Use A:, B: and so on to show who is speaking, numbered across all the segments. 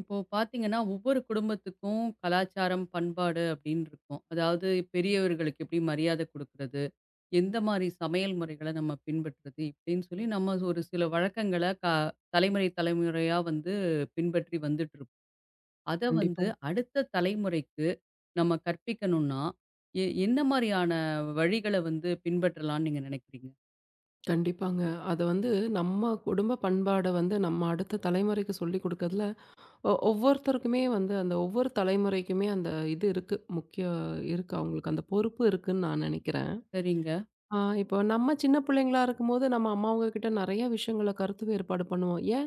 A: இப்போ பார்த்தீங்கன்னா, ஒவ்வொரு குடும்பத்துக்கும் கலாச்சாரம், பண்பாடு அப்படின்னு இருக்கும். அதாவது பெரியவர்களுக்கு எப்படி மரியாதை குடுக்குறது, எந்த மாரி சமையல் முறைகள நம்ம பின்பற்றுறது, இப்படின்னு சொல்லி நம்ம ஒரு சில வழக்கங்கள தலைமுறை தலைமுறையா வந்து பின்பற்றி வந்துட்டுருப்போம். அத
B: கண்டிப்பா,
A: வந்து அடுத்த தலைமுறைக்கு நம்ம கற்பிக்கணும்னா, என்ன மாரியான வழிகள வந்து பின்பற்றலாம்னு நீங்க நினைக்கிறீங்க?
B: கண்டிப்பாங்க. அத வந்து நம்ம குடும்ப பண்பாட வந்து நம்ம அடுத்த தலைமுறைக்கு சொல்லிக் குடுக்கறதுல, ஒவ்வொருத்தருக்குமே வந்து அந்த ஒவ்வொரு தலைமுறைக்குமே அந்த இது இருக்கு. முக்கிய இருக்கு அவங்களுக்கு அந்த பொறுப்பு இருக்குன்னு நான் நெனைக்கிறேன்.
A: சரிங்க.
B: இப்போ நம்ம சின்ன பிள்ளைங்களா இருக்கும்போது, நம்ம அம்மாவங்க கிட்ட நெறைய விஷயங்கள கருத்து வேறுபாடு பண்ணுவோம். "ஏன்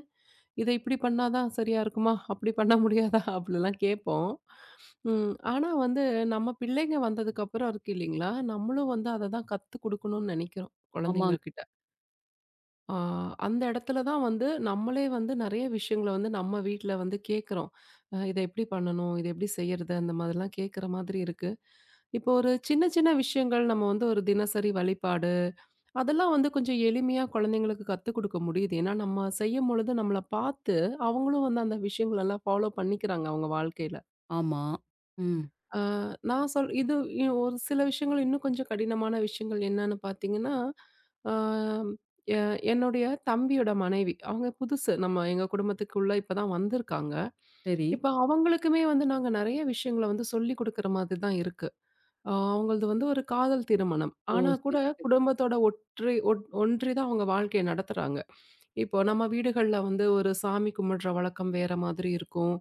B: இத இப்படி பண்ணா தான் சரியா இருக்குமா? அப்படி பண்ண முடியாதா?" அப்படிலாம் கேட்போம். ஆனா வந்து நம்ம பிள்ளைங்க வந்ததுக்கப்புறம் இருக்கு இல்லைங்களா, நம்மளும் வந்து அத தான் கத்து குடுக்கணும்னு நெனைக்கிறோம், குழந்தைங்க
A: ஆமாங்க.
B: கிட்ட. ஆ, அந்த இடத்துல தான் வந்து நம்மளே வந்து நெறைய விஷயங்கள வந்து நம்ம வீட்ல வந்து கேட்குறோம். இத எப்படி பண்ணணும்? இத எப்படி செய்யறது? அந்த மாதிரிலாம் கேட்குற மாதிரி இருக்கு. இப்போ ஒரு சின்ன சின்ன விஷயங்கள் நம்ம வந்து ஒரு தினசரி வழிபாடு, அதெல்லாம் வந்து கொஞ்சம் எளிமையா குழந்தைங்களுக்கு கத்துக் குடுக்க முடியுது. ஏன்னா, நம்ம செய்யும்பொழுது நம்மள பார்த்து, அவங்களும் வந்து அந்த விஷயங்களெல்லாம் ஃபாலோ பண்ணிக்கிறாங்க அவங்க வாழ்க்கையில.
A: ஆமா. ம்.
B: ஆ, நான் சொல் இது இ ஒரு சில விஷயங்கள் இன்னும் கொஞ்சம் கடினமான விஷயங்கள் என்னன்னு பார்த்தீங்கன்னா, ஆ எ என்னுடைய தம்பியோட மனைவி. அவங்க புதுசு நம்ம எங்க குடும்பத்துக்குள்ள இப்ப தான் வந்திருக்காங்க.
A: சரி.
B: இப்ப அவங்களுக்குமே வந்து நாங்க நெறைய விஷயங்கள வந்து சொல்லிக் குடுக்குற மாதிரி தான் இருக்கு. அவங்களது வந்து ஒரு காதல் திருமணம்.
A: ஓ!
B: ஆனா கூட
A: சரி, சரி.
B: குடும்பத்தோட ஒற்றி ஒட் ஒன்றி தான் அவங்க வாழ்க்கைய நடத்துறாங்க. இப்போ நம்ம வீடுகள்ல வந்து ஒரு சாமி கும்பிடுற வழக்கம் வேற மாதிரி இருக்கும்.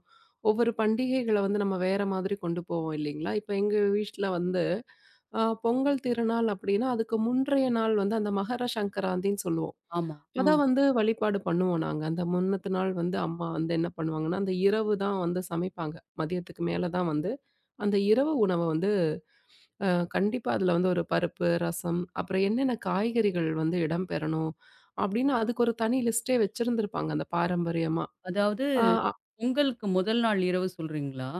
B: ஒவ்வொரு பண்டிகைகள வந்து நம்ம வேற மாதிரி கொண்டு போவோம் இல்லைங்களா? இப்ப எங்க வீட்ல வந்து பொங்கல் திருநாள் அப்டின்னா, அதுக்கு முன்றைய நாள் வந்து அந்த மகர சங்கராந்தின்னு சொல்லுவோம்.
A: ஆமா. ஆ.
B: அத வந்து வழிபாடு பண்ணுவோம் நாங்க. அந்த முன்னத்து நாள் வந்து அம்மா வந்து என்ன பண்ணுவாங்கன்னா, அந்த இரவு தான் வந்து சமைப்பாங்க. மதியத்துக்கு மேல தான் வந்து அந்த இரவு உணவ வந்து அ கண்டிப்பா அதுல வந்து ஒரு பருப்பு, ரசம், அப்புறம் என்னென்ன காய்கறிகள் வந்து இடம்பெறணும் அப்படின்னு அதுக்கு ஒரு தனி லிஸ்ட்டே வச்சிருந்திருப்பாங்க அந்த பாரம்பரியமா.
A: அதாவது,
B: ஆ
A: பொங்கலுக்கு முதல் நாள் இரவு சொல்றீங்களா?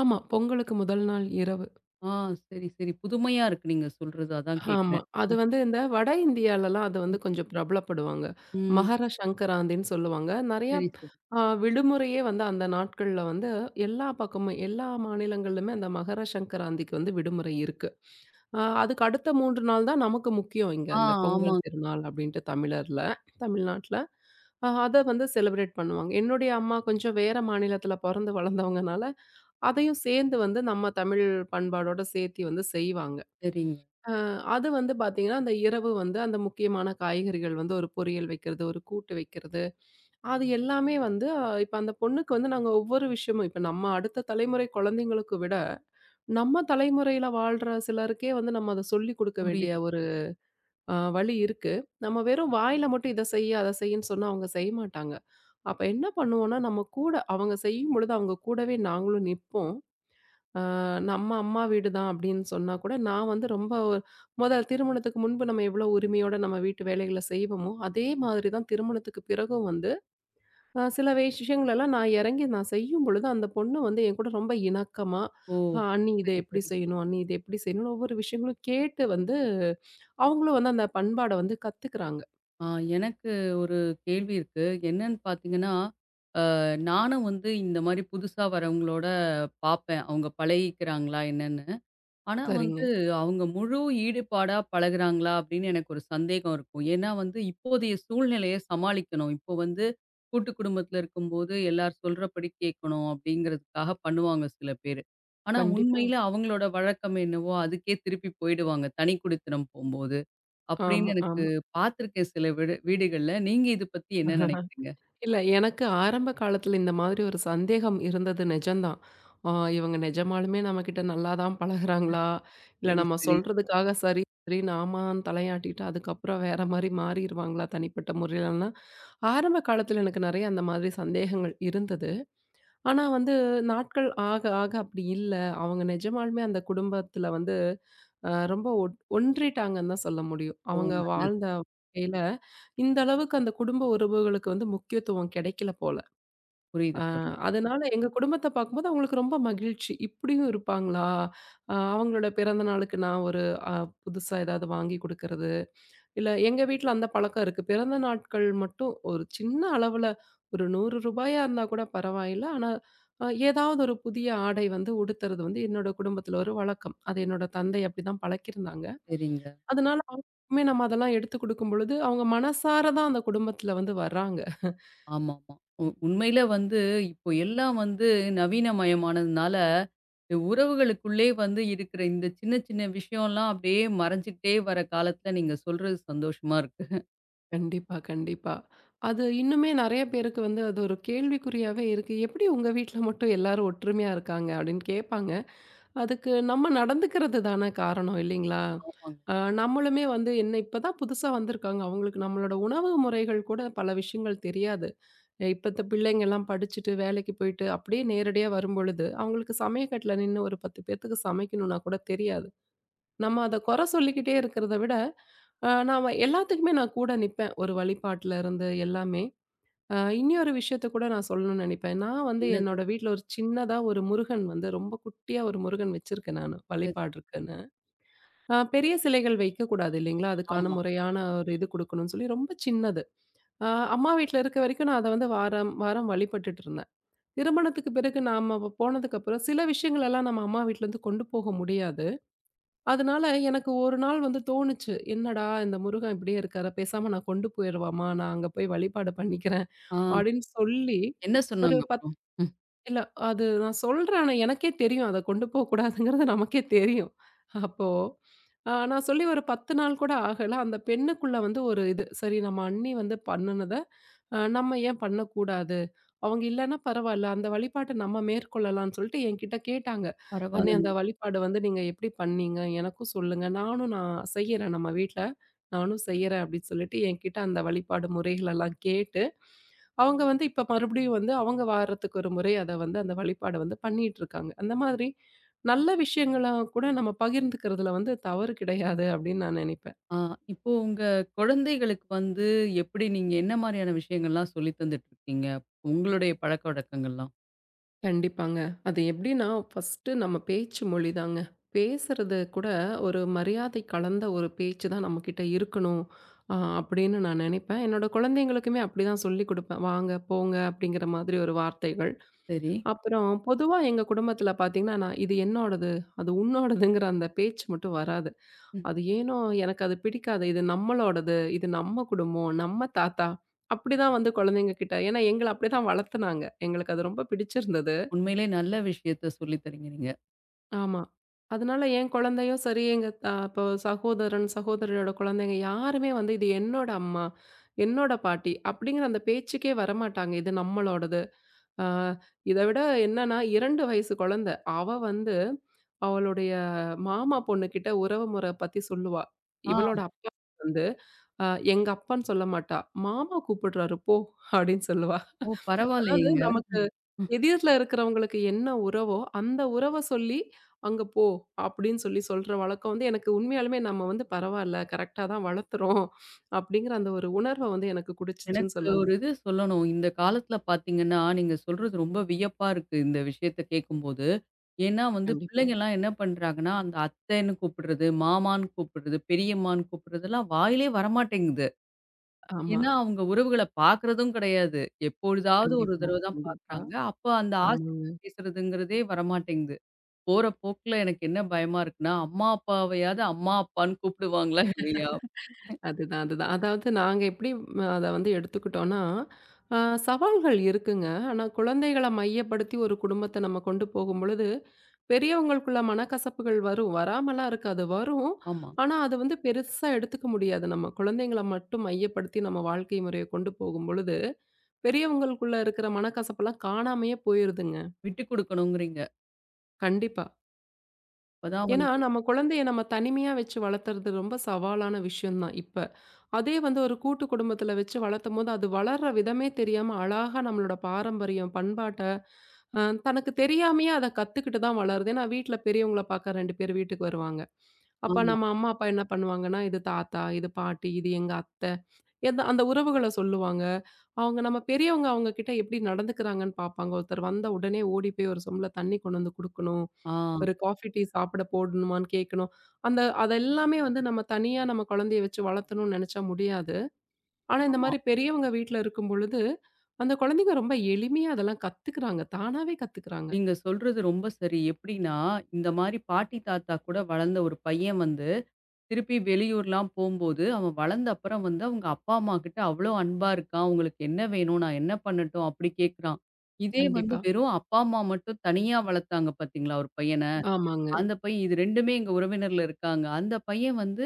B: ஆமா. பொங்கலுக்கு முதல் நாள் இரவு.
A: ஆ, சரி, சரி. புதுமையா இருக்கு நீங்க சொல்றது. அதான்
B: ஆமா.
A: கேட்கிறேன்.
B: அது வந்து இந்த வட இந்தியாலலாம் அது வந்து
A: ம்,
B: கொஞ்சம் பிரபலப்படுவாங்க.
A: ம்.
B: மகர சங்கராந்தின்னு சொல்லுவாங்க. நெறையா
A: சரி, சரி.
B: விடுமுறையே வந்து அந்த நாட்கள்ல வந்து எல்லா பக்கமும் எல்லா மாநிலங்கள்லுமே அந்த மகர சங்கராந்திக்கு வந்து விடுமுறை இருக்கு. அதுக்கு அடுத்த 3 நாள் தான் நமக்கு முக்கியம் இங்க.
A: ஆ,
B: அந்த பொங்கல்
A: ஆமாங்க.
B: திருநாள் அப்படின்ட்டு தமிழர்ல தமிழ்நாட்ல. அத வந்து செலிப்ரேட் பண்ணுவாங்க. என்னுடைய அம்மா கொஞ்சம் வேற மாநிலத்தில பொறந்து வளர்ந்தவங்கனால, அதையும் சேர்ந்து வந்து நம்ம தமிழ் பண்பாடோட சேர்த்தி வந்து செய்வாங்க.
A: சரிங்க.
B: அ அது வந்து பார்த்தீங்கன்னா, அந்த இரவு வந்து அந்த முக்கியமான காய்கறிகள் வந்து ஒரு பொரியல் வைக்கிறது, ஒரு கூட்டு வைக்கிறது. அது எல்லாமே வந்து இப்ப அந்த பொண்ணுக்கு வந்து நாங்க ஒவ்வொரு விஷயமும் இப்ப நம்ம அடுத்த தலைமுறை குழந்தைங்களுக்கு விட நம்ம தலைமுறையில வாழ்ற சிலருக்கே வந்து நம்ம அத சொல்லிக் குடுக்க வேண்டிய
A: புரியுது,
B: ஒரு
A: புரியுது.
B: வழி இருக்கு. நம்ம வெறும் வாயில மட்டும் இத செய், அத செய்ன்னு சொன்னா அவங்க செய்ய மாட்டாங்க. அப்ப என்ன பண்ணுவோம்னா, நம்ம கூட அவங்க செய்யும்பொழுது அவங்க கூடவே நாங்களும் நிப்போம். அ நம்ம அம்மா வீடு தான் அப்படின்னு சொன்னா கூட, நான் வந்து ரொம்ப திருமணத்துக்கு முன்பு நம்ம எவ்வளோ உரிமையோட நம்ம வீட்டு வேலைகள செய்வோமோ, அதே மாதிரி தான் திருமணத்துக்கு பிறகும் வந்து சில விஷயங்களெல்லாம் நான் இறங்கி நான் செய்யும் பொழுது, அந்த பொண்ணு வந்து என்கூட ரொம்ப இணக்கமா,
A: ஓ!
B: "அண்ணி இத
A: சரி,
B: எப்படி
A: சரி.
B: செய்யணும்? அண்ணி இத எப்படி செய்யணும்னு?" ஒவ்வொரு விஷயங்களும் கேட்டு வந்து, அவங்களும் வந்து அந்த பண்பாட வந்து கத்துக்கிறாங்க.
A: ஆ, எனக்கு ஒரு கேள்வி இருக்கு. என்னன்னு பார்த்தீங்கன்னா, நானும் வந்து இந்த மாரி புதுசா வரவங்களோட பார்ப்பேன். அவங்க பழகிக்கிறாங்களா என்னன்னு. ஆனா
B: சரிங்க.
A: வந்து, அவங்க முழு ஈடுபாடா பழகுறாங்களா? அப்படின்னு எனக்கு ஒரு சந்தேகம் இருக்கும். ஏன்னா வந்து இப்போதைய சூழ்நிலைய சமாளிக்கணும். இப்போ வந்து கூட்டு குடும்பத்தில இருக்கும்போது, எல்லார் சொல்றபடி கேட்கணும் அப்படிங்கிறதுக்காக பண்ணுவாங்க சில பேரு. ஆனா
B: கண்டிப்பா.
A: உண்மையில அவங்களோட வழக்கம் என்னவோ, அதுக்கே திருப்பி போயிடுவாங்க. தனி குடித்தனம் போம்போது. அப்படின்னு
B: ஆமா,
A: எனக்கு
B: ஆமா.
A: பார்த்துருக்கேன் சில வீடு வீடுகள்ல. நீங்க இத பத்தி என்ன நினைக்கிறீங்க?
B: இல்ல எனக்கு ஆரம்ப காலத்துல இந்த மாதிரி ஒரு சந்தேகம் இருந்தது நிஜம்தான். அ இவங்க நிஜமாலுமே நம்மகிட்ட நல்லா தான் பழகுறாங்களா? இல்ல
A: சரி,
B: நம்ம
A: சரி.
B: சொல்றதுக்காக சரி சரின்னு ஆமான்னு தலையாட்டிட்டு, அதுக்கப்புறம் வேற மாரி மாறிருவாங்களா தனிப்பட்ட முறையிலலாம்? ஆரம்ப காலத்துல எனக்கு நெறைய அந்த மாதிரி சந்தேகங்கள் இருந்தது. ஆனா வந்து நாட்கள் ஆக, ஆக அப்படி இல்ல. அவங்க நிஜமாலுமே அந்த குடும்பத்துல வந்து ரொம்ப ஒன்றிட்டாங்கன்னு தான் சொல்ல முடியும்.
A: ஓ!
B: அவங்க
A: நல்லது.
B: வாழ்ந்த வாழ்க்கையில இந்த அளவுக்கு அந்த குடும்ப உறவுகளுக்கு வந்து முக்கியத்துவம் கிடைக்கல போல.
A: புரியுது,
B: அ
A: புரியுது.
B: அதனால எங்க குடும்பத்த பார்க்கும்போது அவங்களுக்கு ரொம்ப மகிழ்ச்சி. இப்படியும் இருப்பாங்களா? அவங்களோட பிறந்த நாளுக்கு நான் ஒரு அ புதுசா ஏதாவது வாங்கி குடுக்கறது இல்ல எங்க வீட்ல அந்த பழக்கம் இருக்கு. பிறந்த நாட்கள் மட்டும் ஒரு சின்ன அளவுல ஒரு ரூ. 100 இருந்தா கூட பரவாயில்ல. ஆனா, ஏதாவது ஒரு புதிய ஆடை வந்து உடுத்துறது வந்து என்னோட குடும்பத்தில ஒரு வழக்கம். அது என்னோட தந்தை அப்படிதான் பழக்கியிருந்தாங்க.
A: சரிங்க.
B: அதனால அவங்களுக்குமே நம்ம அதெல்லாம் எடுத்து குடுக்கும்பொழுது, அவங்க மனசார தான் அந்த குடும்பத்தில வந்து வர்றாங்க.
A: ஆமாமா. உண்மையில வந்து இப்போ எல்லாம் வந்து நவீனமயமானதுனால, உறவுகளுக்குள்ளே வந்து இருக்கிற இந்த சின்ன சின்ன விஷயம்லாம் அப்படியே மறைஞ்சுகிட்டே வர காலத்துல நீங்க சொல்றது சந்தோஷமா இருக்கு.
B: கண்டிப்பா, கண்டிப்பா. அது இன்னுமே நெறைய பேருக்கு வந்து அது ஒரு கேள்விக்குறியாவே இருக்கு. "எப்படி உங்க வீட்ல மட்டும் எல்லாரும் ஒற்றுமையா இருக்காங்க?" அப்படின்னு கேட்பாங்க. அதுக்கு நம்ம நடந்துக்கிறது தானே காரணம் இல்லைங்களா?
A: ஆமாங்க.
B: அ நம்மளுமே வந்து என்ன இப்பதான் புதுசா வந்திருக்காங்க. அவங்களுக்கு நம்மளோட உணவு முறைகள் கூட பல விஷயங்கள் தெரியாது. இப்பத்த பிள்ளைங்கலாம் படிச்சுட்டு வேலைக்கு போயிட்டு அப்படியே நேரடியா வரும்பொழுது, அவங்களுக்கு சமையக்கட்டுல நின்னு ஒரு 10 பேத்துக்கு சமைக்கணும்னா கூட தெரியாது. நம்ம அத குறை சொல்லிக்கிட்டே இருக்கிறத விட, நான் எல்லாத்துக்குமே நான் கூட நிப்பேன். ஒரு வழிபாட்டுல இருந்து எல்லாமே. இன்னியொரு விஷயத்த கூட நான் சொல்லணும்னு நெனைப்பேன். நான் வந்து
A: என்னது?
B: என்னோட வீட்ல ஒரு சின்னதா ஒரு முருகன் வந்து ரொம்ப குட்டியா ஒரு முருகன் வச்சிருக்கேன் நானு,
A: சரி.
B: வழிபாடுக்குன்னு. பெரிய சிலைகள் வைக்கக்கூடாது இல்லைங்களா? அதுக்கான
A: ஆமா.
B: முறையான ஒரு இது குடுக்கணும்னு சொல்லி ரொம்ப சின்னது. அ அம்மா வீட்ல இருக்க வரைக்கும் நான் அத வந்து வாரம், வாரம் வழிபட்டுட்டு இருந்தேன். திருமணத்துக்கு பிறகு நாம போனதுக்கப்புறம் சில விஷயங்களெல்லாம் நம்ம அம்மா வீட்லருந்து கொண்டு போக முடியாது. அதனால எனக்கு ஒரு நாள் வந்து தோணுச்சு, "என்னடா இந்த முருகன் இப்படியே இருக்காரு, பேசாம நான் கொண்டு போயிருவாம்மா, நான் அங்க போய் வழிபாடு பண்ணிக்கிறேன்."
A: ஆ,
B: அப்படின்னு சொல்லி
A: என்ன
B: ஒரு
A: சொன்னாங்க
B: 10
A: அப்புறம்? ம்.
B: இல்ல. அது நான் சொல்றேன். ஆனா எனக்கே தெரியும். அத கொண்டு போகக்கூடாதுங்கிறது நமக்கே தெரியும். அப்போ நான் சொல்லி ஒரு 10 நாள் கூட ஆகல. அந்த பெண்ணுக்குள்ள வந்து ஒரு இது, சரி நம்ம அண்ணி வந்து பண்ணுனத நம்ம ஏன் பண்ணக்கூடாது? அவங்க இல்லன்னா பரவால்ல. அந்த வழிபாட்ட நம்ம மேற்கொள்ளலாம்ன்னு சொல்லிட்டு என்கிட்ட கேட்டாங்க. "அண்ணே அந்த
A: பரவால்லங்க.
B: வழிபாடு வந்து நீங்க எப்படி பண்ணீங்க? எனக்கும் சொல்லுங்க. நானும் நான் செய்யறேன் நம்ம வீட்ல. நானும் செய்யறேன்." அப்படின்னு சொல்லிட்டு என்கிட்ட அந்த வழிபாடு முறைகளெல்லாம் கேட்டு, அவங்க வந்து இப்ப மறுபடியும் வந்து அவங்க வாரத்துக்கு ஒரு முறை அத வந்து அந்த வழிபாட வந்து பண்ணிட்டுருக்காங்க. அந்த மாதிரி நல்ல விஷயங்கள கூட நம்ம பகிர்ந்துக்கிறதுல வந்து தவறு கிடையாது அப்படின்னு நான் நினைப்பேன்.
A: ஆ, இப்போ உங்க குழந்தைகளுக்கு வந்து எப்படி நீங்க என்ன மாரியான விஷயங்கள்லாம் சொல்லி தந்துட்டு இருக்கீங்க? உங்களுடைய பழக்கவழக்கங்கள்லாம்?
B: கண்டிப்பாங்க. அது எப்படின்னா, ஃபர்ஸ்ட்டு நம்ம பேச்சு மொழிதாங்க. பேசுறது கூட ஒரு மரியாதை கலந்த ஒரு பேச்சு தான் நம்மகிட்ட இருக்கணும். அப்படின்னு நான் நினைப்பேன். என்னோட குழந்தைங்களுக்குமே அப்படிதான் சொல்லிக் குடுப்பேன். வாங்க, போங்க அப்படிங்கிற மாதிரி ஒரு வார்த்தைகள்.
A: சரி.
B: அப்புறம் பொதுவா எங்க குடும்பத்தில பார்த்தீங்கன்னா, நான் இது என்னோடது, அது உன்னோடதுங்கிற அந்த பேச்சு மட்டும் வராது.
A: ம்.
B: அது ஏனோ எனக்கு அது பிடிக்காது. இது நம்மளோடது, இது நம்ம குடும்பம், நம்ம தாத்தா, அப்படிதான் வந்து குழந்தைங்க கிட்ட ஏன்னா எங்கள அப்படிதான் வளர்த்துனாங்க. எங்களுக்கு அது ரொம்ப பிடிச்சிருந்தது.
A: உண்மையிலே நல்ல விஷயத்த சொல்லி தரீங்க நீங்க.
B: ஆமா. அதனால என் குழந்தையும் சரி, எங்க இப்போ சகோதரன், சகோதரியோட குழந்தைங்க யாருமே வந்து இது என்னோட அம்மா, என்னோட பாட்டி அப்படிங்கிற அந்த பேச்சுக்கே வரமாட்டாங்க. இது நம்மளோடது. அ இத விட என்னன்னா 2 வயசு குழந்தை. அவ வந்து அவளுடைய மாமா பொண்ணுகிட்ட உறவு முறை பத்தி சொல்லுவா.
A: ஆ.
B: இவளோட அப்பா வந்து அ எங்க அப்பான்னு சொல்ல மாட்டா. மாமா கூப்பிடுறாரு போ அப்படின்னு சொல்லுவா.
A: ஓ!
B: அதாவது
A: பரவாயில்லையேங்க.
B: நமக்கு எதிர்ல இருக்கிறவங்களுக்கு என்ன உறவோ, அந்த உறவ சொல்லி, "அங்க போ" அப்படின்னு சொல்லி சொல்ற வழக்கம் வந்து எனக்கு உண்மையாலுமே நம்ம வந்து பரவால்ல, கரெக்ட்டா தான் வளர்த்துறோம். அப்படிங்கிற அந்த ஒரு உணர்வ வந்து எனக்கு குடுச்சுச்சுன்னு
A: எனக்கு ஒரு
B: சொல்லலாம்.
A: இது சொல்லணும். இந்த காலத்தில பார்த்தீங்கன்னா, நீங்க சொல்றது ரொம்ப வியப்பா இருக்கு. இந்த விஷயத்த கேட்கும்போது. ஏன்னா வந்து
B: கண்டிப்பா.
A: பிள்ளைங்கலாம் என்ன பண்றாங்கன்னா, அந்த அத்தைன்னு கூப்பிடுறது, மாமான்னு கூப்பிடுறது, பெரியம்மான்னு கூப்பிடுறதெல்லாம் வாயிலே வரமாட்டேங்குது.
B: ஆமா.
A: ஏன்னா அவங்க உறவுகள பார்க்குறதும் கிடையாது. எப்பொழுதாவது ஒரு
B: கண்டிப்பா,
A: தடவ தான்
B: கண்டிப்பா.
A: பார்க்குறாங்க. அப்ப அந்த ஆசை
B: ஆமாங்க.
A: பேசுறதுங்கிறதே வரமாட்டேங்குது. போற போக்குல எனக்கு என்ன பயமா இருக்குன்னா, அம்மா அப்பாவையாவது அம்மா அப்பான்னு கூப்பிடுவாங்களா இல்லையா?
B: அதுதான், அதுதான். அதாவது நாங்க எப்படி அத வந்து எடுத்துக்கிட்டோம்னா, அ சவால்கள் இருக்குங்க. ஆனா குழந்தைகள மையப்படுத்தி ஒரு குடும்பத்த நம்ம கொண்டு போகும்பொழுது, பெரியவங்களுக்குள்ள மனக்கசப்புகள் வரும். வராமலாம் இருக்காது. வரும்.
A: ஆமா.
B: ஆனா, அது வந்து பெருசா எடுத்துக்க முடியாது. நம்ம குழந்தைங்கள மட்டும் மையப்படுத்தி நம்ம வாழ்க்கை முறைய கொண்டு போகும்பொழுது, பெரியவங்களுக்குள்ள இருக்கிற மனக்கசப்பெல்லாம் காணாமயே போயிருதுங்க.
A: விட்டு குடுக்கணுங்கிறீங்க.
B: கண்டிப்பா.
A: அப்பதான்
B: ஏன்னா,
A: வந்து
B: நம்ம குழந்தைய நம்ம தனிமையா வச்சு வளர்த்துறது ரொம்ப சவாலான விஷயம் தான் இப்ப. அதே வந்து ஒரு கூட்டு குடும்பத்துல வச்சு வளர்த்தம்போது, அது வளர்ற விதமே தெரியாம அழகா நம்மளோட பாரம்பரியம், பண்பாட்ட தனக்கு தெரியாமயே அத கத்துக்கிட்டு தான் வளருது. ஏன்னா வீட்ல பெரியவங்கள பார்க்க 2 பேர் வீட்டுக்கு வருவாங்க. அப்ப
A: ஆமா.
B: நம்ம அம்மா, அப்பா என்ன பண்ணுவாங்கன்னா, இது தாத்தா, இது பாட்டி, இது எங்க அத்தை, அந்த உறவுகள சொல்லுவாங்க. அவங்க நம்ம பெரியவங்க அவங்க கிட்ட எப்படி நடந்துக்கிறாங்கன்னு பார்ப்பாங்க. ஒருத்தர் வந்த உடனே ஓடி போய் ஒரு சொம்புல தண்ணி கொண்டு வந்து குடுக்கணும்.
A: ஆ.
B: ஒரு காஃபி, டீ சாப்பிட போடணுமான்னு கேட்கணும். அந்த அதெல்லாமே வந்து நம்ம தனியா நம்ம குழந்தைய வச்சு வளர்த்தணும்னு நெனச்சா முடியாது. ஆனா, இந்த
A: ஆமா.
B: மாரி பெரியவங்க வீட்ல இருக்கும் பொழுது, அந்த குழந்தைங்க ரொம்ப எளிமையா அதெல்லாம் கத்துக்குறாங்க. தானாவே கத்துக்குறாங்க.
A: நீங்க சொல்றது ரொம்ப சரி. எப்படின்னா, இந்த மாரி பாட்டி, தாத்தா கூட வளர்ந்த ஒரு பையன் வந்து, திருப்பி வெளியூர்லாம் போம்போது, அவன் வளர்ந்த அப்புறம் வந்து அவங்க அப்பா, அம்மா கிட்ட அவ்ளோ அன்பா இருக்கான். "உங்களுக்கு என்ன வேணும்? நான் என்ன பண்ணட்டும்?" அப்படி கேட்குறான். இதே வந்து
B: கண்டிப்பா.
A: வெறும் அப்பா, அம்மா மட்டும் தனியா வளர்த்தாங்க பார்த்தீங்களா ஒரு பையன,
B: ஆமாங்க.
A: அந்த பையன் இது 2மே எங்க உறவினர்ல இருக்காங்க. அந்த பையன் வந்து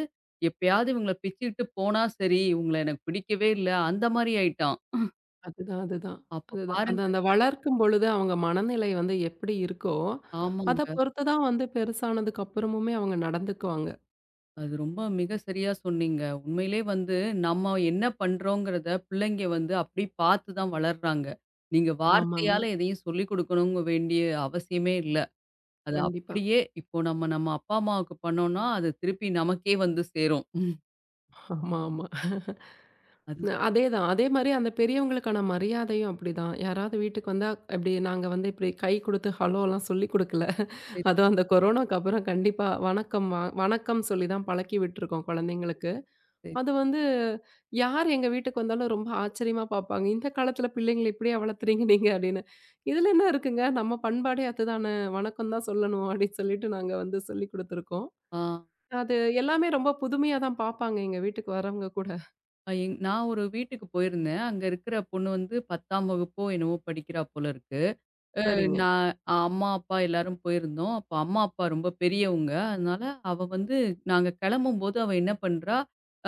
A: எப்பயாவது இவங்கள பிச்சுக்கிட்டு போனா சரி, இவங்கள எனக்கு பிடிக்கவே இல்ல, அந்த மாரி ஆயிட்டான்.
B: அதுதான், அதுதான்,
A: அப்ப
B: அதுதான். அந்த
A: பாருங்க.
B: அந்த வளர்க்கும் பொழுது அவங்க மனநிலை வந்து எப்படி இருக்கோ, அத
A: ஆமாங்க.
B: பொறுத்து தான் வந்து பெருசானதுக்கு அப்புறமுமே அவங்க நடந்துக்குவாங்க.
A: அது ரொம்ப மிக சரியா சொன்னீங்க. உண்மையிலே வந்து நம்ம என்ன பண்றோங்கிறத பிள்ளைங்க வந்து அப்படி பார்த்து தான் வளர்றாங்க. நீங்க
B: ஆமாங்க.
A: வார்த்தையால எதையும் சொல்லிக் கொடுக்கணுங்க வேண்டிய அவசியமே இல்ல. அது
B: கண்டிப்பா.
A: அப்படியே இப்போ நம்ம நம்ம அப்பா, அம்மாவுக்கு பண்ணோம்னா, அது திருப்பி நமக்கே வந்து சேரும்.
B: ஆமா, ஆமா. ந-
A: அதுதான்
B: அதேதான். அதே மாரி அந்த பெரியவங்களுக்கான மரியாதையும் அப்படிதான். யாராவது வீட்டுக்கு வந்தா, இப்படி நாங்க வந்து இப்படி கை குடுத்து ஹலோலாம் சொல்லிக் குடுக்கல.
A: சரி,
B: அதுவும் அந்த கொரோனாக்கு அப்புறம் கண்டிப்பா வணக்கம் வணக்கம் சொல்லி தான் பழக்கி விட்டுருக்கோம் குழந்தைங்களுக்கு.
A: சரி.
B: அது வந்து யார் எங்க வீட்டுக்கு வந்தாலும் ரொம்ப ஆச்சரியமா பார்ப்பாங்க. இந்த காலத்தில பிள்ளைங்கள இப்படியா வளர்த்துறீங்க நீங்க அப்படின்னு. இதில என்ன இருக்குங்க நம்ம பண்பாடே அதுதானே வணக்கம் தான் சொல்லணும் அப்படின்னு சொல்லிட்டு நாங்க வந்து சொல்லிக் குடுத்துருக்கோம்.
A: ஆ,
B: அது எல்லாமே ரொம்ப புதுமையா தான் பார்ப்பாங்க எங்க வீட்டுக்கு வரவங்க கூட.
A: நான் ஒரு வீட்டுக்கு போயிருந்தேன். அங்க இருக்கிற பொண்ணு வந்து 10ஆம் வகுப்போ என்னவோ படிக்கிறா போல இருக்கு.
B: சரிங்க.
A: நான் அம்மா, அப்பா எல்லாரும் போயிருந்தோம். அப்ப அம்மா, அப்பா ரொம்ப பெரியவங்க. அதனால அவ வந்து நாங்க கிளம்பும்போது அவ என்ன பண்றா,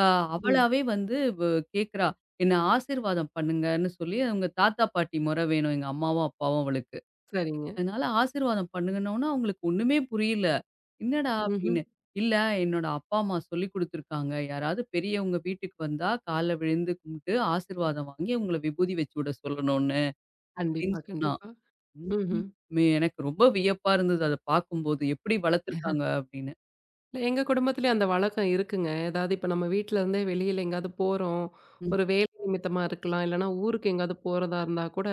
A: அ
B: ம்.
A: அவளாவே வந்து கேட்கிறா. "என்ன ஆசீர்வாதம் பண்ணுங்கன்னு" சொல்லி அவங்க தாத்தா, பாட்டி மொற வேணும் எங்க அம்மாவும், அப்பாவும் அவளுக்கு.
B: சரிங்க.
A: அதனால ஆசீர்வாதம் பண்ணுங்கன்னோன அவங்களுக்கு ஒண்ணுமே புரியல. "என்னடா?"
B: ம்ஹ்ம்.
A: அப்படின்னு. "இல்ல என்னோட அப்பா, அம்மா சொல்லிக் குடுத்துருக்காங்க. யாராவது பெரியவங்க வீட்டுக்கு வந்தா கால்ல விழுந்து கும்பிட்டு ஆசீர்வாதம் வாங்கி அவங்கள விபூதி வச்சு விட சொல்லணும்னு" அப்படின்னு
B: கண்டிப்பா,
A: சொன்னா.
B: கண்டிப்பா. ம்ஹ்ம்.
A: உண்மையிலுமே எனக்கு ரொம்ப வியப்பா இருந்தது அத பார்க்கும்போது. எப்படி வளர்த்துருக்காங்க அப்படின்னு.
B: இல்ல எங்க குடும்பத்திலயும் அந்த வழக்கம் இருக்குங்க. ஏதாவது இப்ப நம்ம வீட்ல இருந்தே வெளியில எங்கேயாவது போறோம்.
A: ம்.
B: ஒரு வேலை நிமித்தமா இருக்கலாம். இல்லன்னா ஊருக்கு எங்கேயாவது போறதா இருந்தா கூட,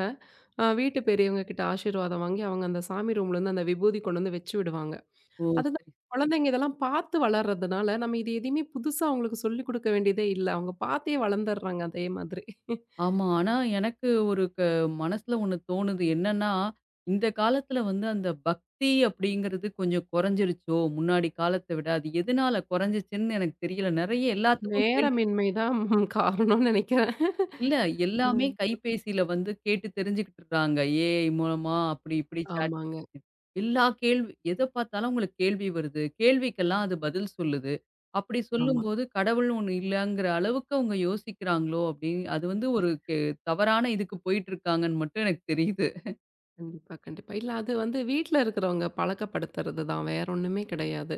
B: வீட்டு பெரியவங்க கிட்ட ஆசீர்வாதம் வாங்கி, அவங்க அந்த சாமி ரூம்லேருந்து அந்த விபூதி கொண்டு வந்து வச்சு விடுவாங்க.
A: ஓ!
B: அதுதான்
A: சரி.
B: குழந்தைங்க இதெல்லாம் பார்த்து வளர்றதுனால, நம்ம இது எதையுமே புதுசா அவங்களுக்கு சொல்லிக் குடுக்க வேண்டியதே இல்ல. அவங்க பார்த்தே வளர்ந்துடுறாங்க அதே மாதிரி.
A: ஆமா. ஆனா எனக்கு ஒரு க மனசுல ஒண்ணு தோணுது. என்னன்னா, இந்த காலத்துல வந்து அந்த பக்தி அப்படிங்கிறது கொஞ்சம் குறைஞ்சிருச்சோ! முன்னாடி காலத்த விட. அது எதனால குறைஞ்சிச்சுன்னு எனக்கு தெரியல. நெறைய எல்லாத்துக்கும் கேள்வி
B: நேரமின்மை தான் காரணம்னு நெனைக்கிறேன்.
A: இல்ல. எல்லாமே
B: அ.
A: கைபேசியில வந்து கேட்டு தெரிஞ்சுக்கிட்டுறாங்க. AI மூலமா அப்படி இப்படி சாட்
B: ஆமாங்க.
A: ஜிபிடி. எல்லா கேள்வி எத பார்த்தாலும் உங்களுக்கு கேள்வி வருது. கேள்விக்கெல்லாம் அது பதில் சொல்லுது. அப்படி
B: ஆமா.
A: சொல்லும்போது கடவுள்னு ஒண்ணு இல்லங்கிற அளவுக்கு அவங்க யோசிக்கிறாங்களோ அப்படின்னு அது வந்து ஒரு கெ தவறான இதுக்கு போயிட்டுருக்காங்கன்னு மட்டும் எனக்கு தெரியுது.
B: கண்டிப்பா, கண்டிப்பா. இல்ல அது வந்து வீட்ல இருக்கிறவங்க பழக்கப்படுத்துறது தான். வேற ஒண்ணுமே கிடையாது.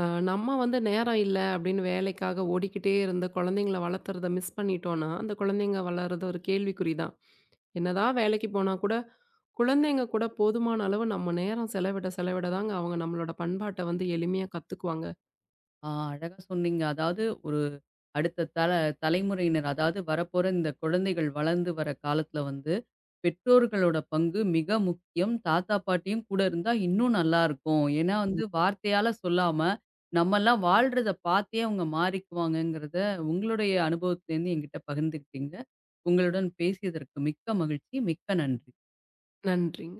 B: அ நம்ம வந்து நேரம் இல்ல அப்படின்னு வேலைக்காக ஓடிக்கிட்டே இருந்து குழந்தைங்கள வளர்த்துறத மிஸ் பண்ணிட்டோம்னா, அந்த குழந்தைங்க வளர்றது ஒரு கேள்விக்குறி தான். என்னதான் வேலைக்கு போனா கூட, குழந்தைங்க கூட போதுமான அளவு நம்ம நேரம் செலவிட செலவிட தாங்க அவங்க நம்மளோட பண்பாட்ட வந்து எளிமையா கத்துக்குவாங்க.
A: ஆ, அழகா சொன்னீங்க. அதாவது ஒரு அடுத்த தல தலைமுறையினர் அதாவது வரப்போற இந்த குழந்தைகள் வளர்ந்து வர காலத்துல வந்து, பெற்றோர்களோட பங்கு மிக முக்கியம். தாத்தா, பாட்டியும் கூட இருந்தா இன்னும் நல்லாருக்கும். ஏன்னா வந்து வார்த்தையால சொல்லாம, நம்மலாம் வாழ்றத பார்த்தே அவங்க மாறிக்குவாங்கங்கிறத உங்களுடைய அனுபவத்திலேருந்து என்கிட்ட பகிர்ந்துக்கிட்டீங்க. உங்களுடன் பேசியதற்கு மிக்க மகிழ்ச்சி. மிக்க நன்றி.
B: நன்றிங்க.